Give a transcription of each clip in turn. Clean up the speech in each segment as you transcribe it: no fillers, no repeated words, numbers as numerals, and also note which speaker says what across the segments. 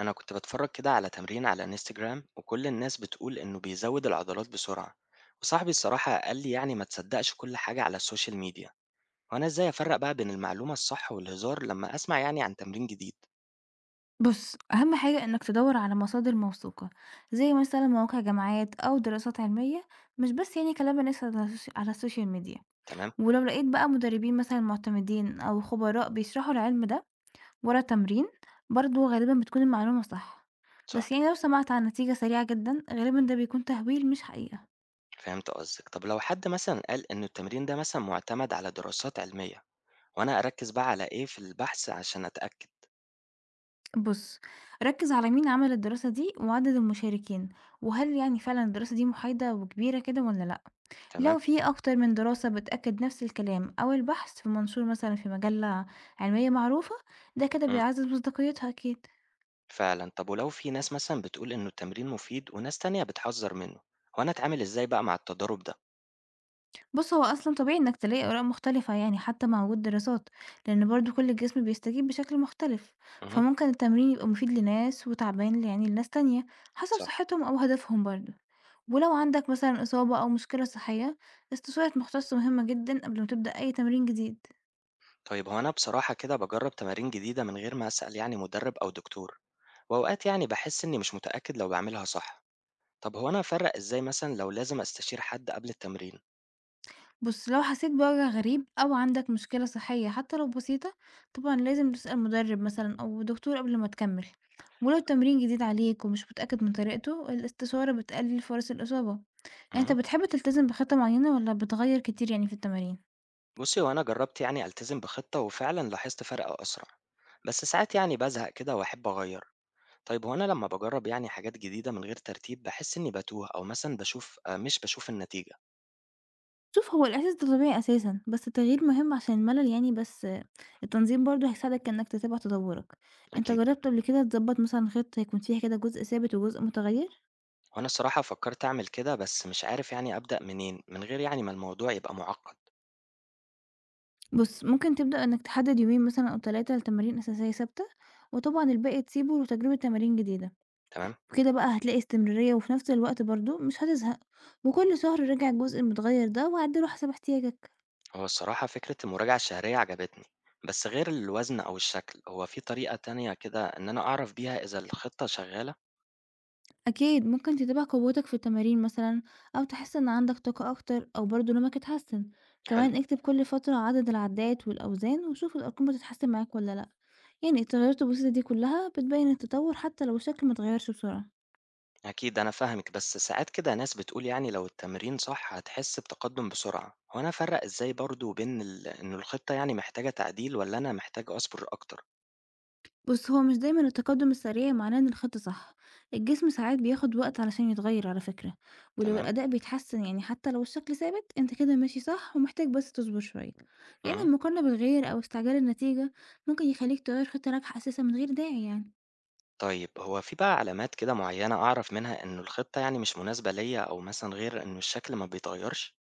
Speaker 1: أنا كنت بتفرج كده على تمرين على انستجرام وكل الناس بتقول إنه بيزود العضلات بسرعة وصاحبي الصراحة قال لي يعني ما تصدقش كل حاجة على السوشيال ميديا وأنا إزاي أفرق بقى بين المعلومة الصح والهزار لما أسمع يعني عن تمرين جديد.
Speaker 2: بُص، أهم حاجة إنك تدوّر على مصادر موثوقة، زي مثلًا مواقع جامعات أو دراسات علمية، مش بس يعني كلام الناس على السوشيال ميديا،
Speaker 1: تمام.
Speaker 2: ولو لقيت بقى مدربين مثلًا معتمدين أو خبراء بيشرحوا العلم ده ورا تمرين، برضه غالبًا بتكون المعلومة صح،
Speaker 1: صح.
Speaker 2: بس يعني لو سمعت عن نتيجة سريعة جدًا غالبًا ده بيكون تهويل مش حقيقة.
Speaker 1: فهمت قصدك طب لو حد مثلا قال إن التمرين ده مثلا معتمد على دراسات علمية وأنا أركز بقى على إيه في البحث عشان أتأكد.
Speaker 2: بُص، ركّز على مين عمل الدراسة دي وعدد المشاركين، وهل يعني فعلًا الدراسة دي محايدة وكبيرة كده والّا لأ.
Speaker 1: تمام.
Speaker 2: لو في أكتر من دراسة بتأكد نفس الكلام أو البحث في منشور مثلا في مجلة علمية معروفة ده كده
Speaker 1: مم.
Speaker 2: بيعزز مصداقيتها أكيد.
Speaker 1: فعلا طب ولو في ناس مثلا بتقول إنه التمرين مفيد وناس تانية بتحذر منه وأنا أتعامل إزاي بقى مع التضارب ده.
Speaker 2: بص هو أصلا طبيعي إنك تلاقي آراء مختلفة يعني حتى مع وجود دراسات لأن برضو كل جسم بيستجيب بشكل مختلف،
Speaker 1: مهم.
Speaker 2: فممكن التمرين يبقى مفيد لناس وتعبان يعني لناس تانية حسب
Speaker 1: صح.
Speaker 2: صحتهم أو هدفهم برضو، ولو عندك مثلا إصابة أو مشكلة صحية استشارة مختص مهمة جدا قبل ما تبدأ أي تمرين جديد.
Speaker 1: طيب هو أنا بصراحة كده باجرّب تمارين جديدة من غير ما أسأل يعني مدرب أو دكتور، وأوقات يعني باحس إني مش متأكد لو باعملها صح، طب هو أنا أفرّق إزاي مثلًا لو لازم أستشير حد قبل التمرين؟
Speaker 2: بُص، لو حسيت بوجع غريب أو عندك مشكلة صحية حتى لو بسيطة، طبعًا لازم تسأل مدرب مثلًا أو دكتور قبل ما تكمل، ولو التمرين جديد عليك ومش متأكد من طريقته، الاستشارة بتقلل فرص الإصابة. يعني أنت
Speaker 1: اهم،
Speaker 2: بتحب تلتزم بخطة معينة والّا بتغير كتير يعني في التمارين؟
Speaker 1: بُصّي هو أنا جرّبت يعني ألتزم بخطة وفعلًا لاحظت فرق أسرع، بس ساعات يعني بازهق كده وأحب أغيّر، طيب هو أنا لمّا باجرّب يعني حاجات جديدة من غير ترتيب باحس إني باتوه أو مثلًا باشوف مش باشوف النتيجة.
Speaker 2: شوف هو الإحساس ده طبيعي أساسًا، بس التغيير مهم عشان الملل يعني، بس التنظيم برضه هيساعدك إنك تتابع تطورك. أنت
Speaker 1: أكيد،
Speaker 2: جربت قبل كده تضبط مثلًا خطة يكون فيها كده جزء ثابت وجزء متغير؟
Speaker 1: وأنا الصراحة فكّرت أعمل كده بس مش عارف يعني أبدأ منين من غير يعني ما الموضوع يبقى مُعقّد،
Speaker 2: بُص، ممكن تبدأ إنك تحدد يومين مثلًا أو 3 لتمارين أساسية ثابتة، وطبعًا الباقي تسيبه لتجربة تمارين جديدة،
Speaker 1: تمام؟
Speaker 2: وبكده بقى هتلاقي استمرارية وفي نفس الوقت برضه مش هتزهق، وكل شهر راجع الجزء المتغير ده وعدله حسب احتياجك.
Speaker 1: هو الصراحة فكرة المراجعة الشهرية عجبتني بس غير الوزن أو الشكل هو في طريقة تانية كده إن أنا أعرف بيها إذا الخطة شغالة؟
Speaker 2: أكيد ممكن تتابع قوتك في التمارين مثلًا أو تحس إن عندك طاقة أكتر أو برضه نومك اتحسن،
Speaker 1: حلو.
Speaker 2: كمان اكتب كل فترة عدد العدات والأوزان وشوف الأرقام بتتحسن معاك والّا لأ، يعني التغيرات البسيطة دي كلها بتبين التطور حتى لو الشكل متغيرش بسرعة.
Speaker 1: أكيد أنا فاهمك بس ساعات كده ناس بتقول يعني لو التمرين صح هتحس بتقدم بسرعة هو أنا أفرق إزاي برضو بين إن الخطة يعني محتاجة تعديل ولا أنا محتاج أصبر أكتر.
Speaker 2: بُص، هو مش دايمًا التقدم السريع معناه إن الخطة صح، الجسم ساعات بياخد وقت علشان يتغير على فكرة، ولو
Speaker 1: تمام؟
Speaker 2: الأداء بيتحسن يعني حتى لو الشكل ثابت أنت كده ماشي صح ومحتاج بس تصبر شوية، يعني
Speaker 1: مم.
Speaker 2: المقارنة بالغير أو استعجال النتيجة ممكن يخليك تغير خطة ناجحة أساسًا من غير داعي يعني.
Speaker 1: طيب هو في بقى علامات كده معينة أعرف منها إن الخطة يعني مش مناسبة ليا أو مثلا غير إن الشكل ما بيتغيرش؟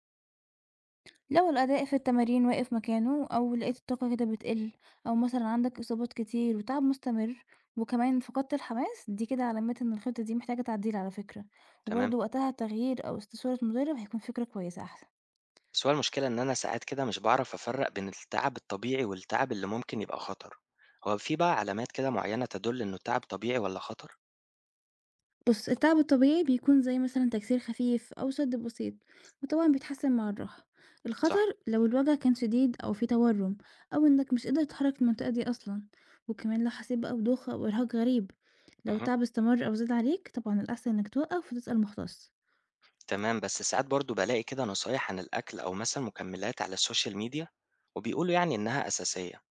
Speaker 2: لو الأداء في التمارين واقف مكانه أو لقيت الطاقة كده بتقل أو مثلًا عندك إصابات كتير وتعب مستمر وكمان فقدت الحماس، دي كده علامات إن الخطة دي محتاجة تعديل على فكرة،
Speaker 1: تمام.
Speaker 2: وبرضه وقتها تغيير أو استشارة مدرب هيكون فكرة كويسة أحسن.
Speaker 1: بس هو المشكلة إن أنا ساعات كده مش باعرف أفرّق بين التعب الطبيعي والتعب اللي ممكن يبقى خطر، هو في بقى علامات كده معيّنة تدُل إنه التعب طبيعي والّا خطر؟
Speaker 2: بُص، التعب الطبيعي بيكون زي مثلًا تكسير خفيف أو شد بسيط، وطبعًا بيتحسن مع الراحة.
Speaker 1: صح،
Speaker 2: الخطر لو الوجع كان شديد أو في تورم أو إنك مش قادر تتحرك في المنطقة دي أصلًا، وكمان لو حسيت بقى بدوخة أو إرهاق غريب. لو
Speaker 1: اهم،
Speaker 2: التعب استمر أو زاد عليك طبعًا الأحسن إنك توقف وتسأل مختص.
Speaker 1: تمام، بس ساعات برضه بالاقي كده نصايح عن الأكل أو مثلًا مكملات على السوشيال ميديا وبيقولوا يعني إنها أساسية،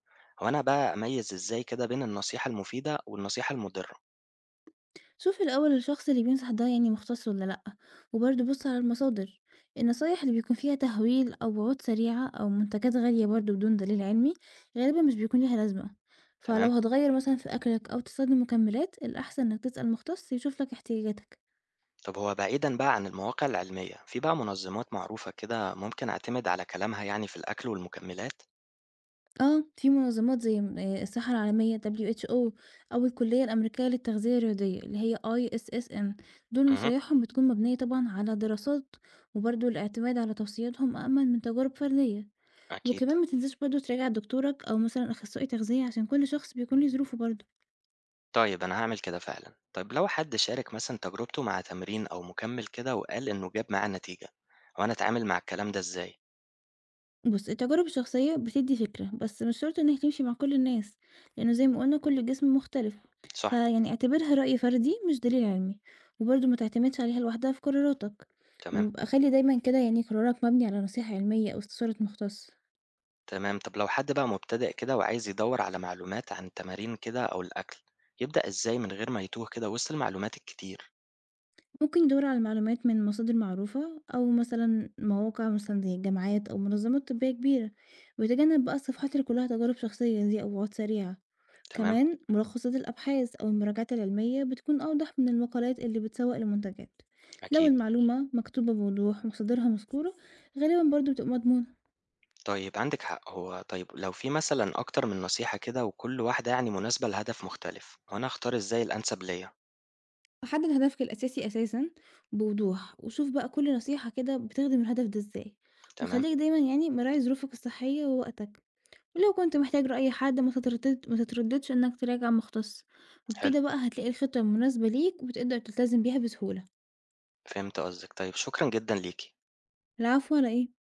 Speaker 1: هو أنا بقى أميّز إزاي كده بين النصيحة المفيدة والنصيحة المضرة؟
Speaker 2: شوف الأول الشخص اللي بينصح ده يعني مختص ولا لأ، وبرضه بص على المصادر. النصايح اللي بيكون فيها تهويل أو وعود سريعة أو منتجات غالية برضه بدون دليل علمي غالبا مش بيكون ليها لازمة،
Speaker 1: تمام،
Speaker 2: فلو هتغير مثلا في أكلك أو تستخدم مكملات الأحسن إنك تسأل مختص يشوف لك احتياجاتك.
Speaker 1: طب هو بعيدًا بقى عن المواقع العلمية، في بقى منظمات معروفة كده ممكن أعتمد على كلامها يعني في الأكل والمكملات؟
Speaker 2: اه في منظمات زي الصحة العالمية WHO أو الكلية الأمريكية للتغذية الرياضية اللي هي ISSN، دول
Speaker 1: اهم،
Speaker 2: نصايحهم بتكون مبنية طبعا على دراسات، وبرضه الاعتماد على توصياتهم أأمن من تجارب فردية.
Speaker 1: أكيد.
Speaker 2: وكمان ما تنساش برضه تراجع دكتورك أو مثلا أخصائي تغذية عشان كل شخص بيكون ليه ظروفه برضه.
Speaker 1: طيب أنا هاعمل كده فعلًا. طيب لو حد شارك مثلًا تجربته مع تمرين أو مُكمِّل كده وقال إنه جاب معاه نتيجة، هو أنا أتعامل مع الكلام ده إزاي؟
Speaker 2: بص التجارب الشخصية بتدي فكرة بس مش شرط إنها تمشي مع كل الناس لأنه زي ما قلنا كل جسم مختلف،
Speaker 1: صح،
Speaker 2: فيعني اعتبرها رأي فردي مش دليل علمي، وبرضه ما تعتمدش عليها لوحدها في قراراتك،
Speaker 1: تمام،
Speaker 2: وخلي دايما كده يعني قرارك مبني على نصيحة علمية أو استشارة مختص.
Speaker 1: تمام. طب لو حد بقى مبتدئ كده وعايز يدوّر على معلومات عن التمارين كده أو الأكل، يبدأ إزاي من غير ما يتوه كده وسط المعلومات الكتير؟
Speaker 2: ممكن يدور على معلومات من مصادر معروفة أو مثلا مواقع مثلا زي الجامعات أو منظمات طبية كبيرة، ويتجنب بقى الصفحات اللي كلها تجارب شخصية دي أو وعود سريعة.
Speaker 1: تمام،
Speaker 2: كمان ملخصات الأبحاث أو المراجعات العلمية بتكون أوضح من المقالات اللي بتسوق المنتجات. لو
Speaker 1: أكيد.
Speaker 2: المعلومة مكتوبة بوضوح ومصادرها مذكورة غالبا برضو بتبقى مضمونة.
Speaker 1: طيب عندِك حق، هو طيب لو في مثلًا أكتر من نصيحة كده وكل واحدة يعني مناسبة لهدف مختلف، وأنا أختار إزاي الأنسب ليّا؟
Speaker 2: حدد هدفك الأساسي أساسا بوضوح وشوف بقى كل نصيحة كده بتخدم الهدف ده ازاي،
Speaker 1: تمام،
Speaker 2: وخليك دايما يعني مراعي ظروفك الصحية ووقتك، ولو كنت محتاج رأي حد ما تتردد ما تترددش إنك تراجع مختص،
Speaker 1: حلو،
Speaker 2: وبكده بقى هتلاقي الخطة المناسبة ليك وتقدر تلتزم بيها بسهولة.
Speaker 1: فهمت قصدِك. طيب شكرًا جدًا ليكِ.
Speaker 2: العفو على إيه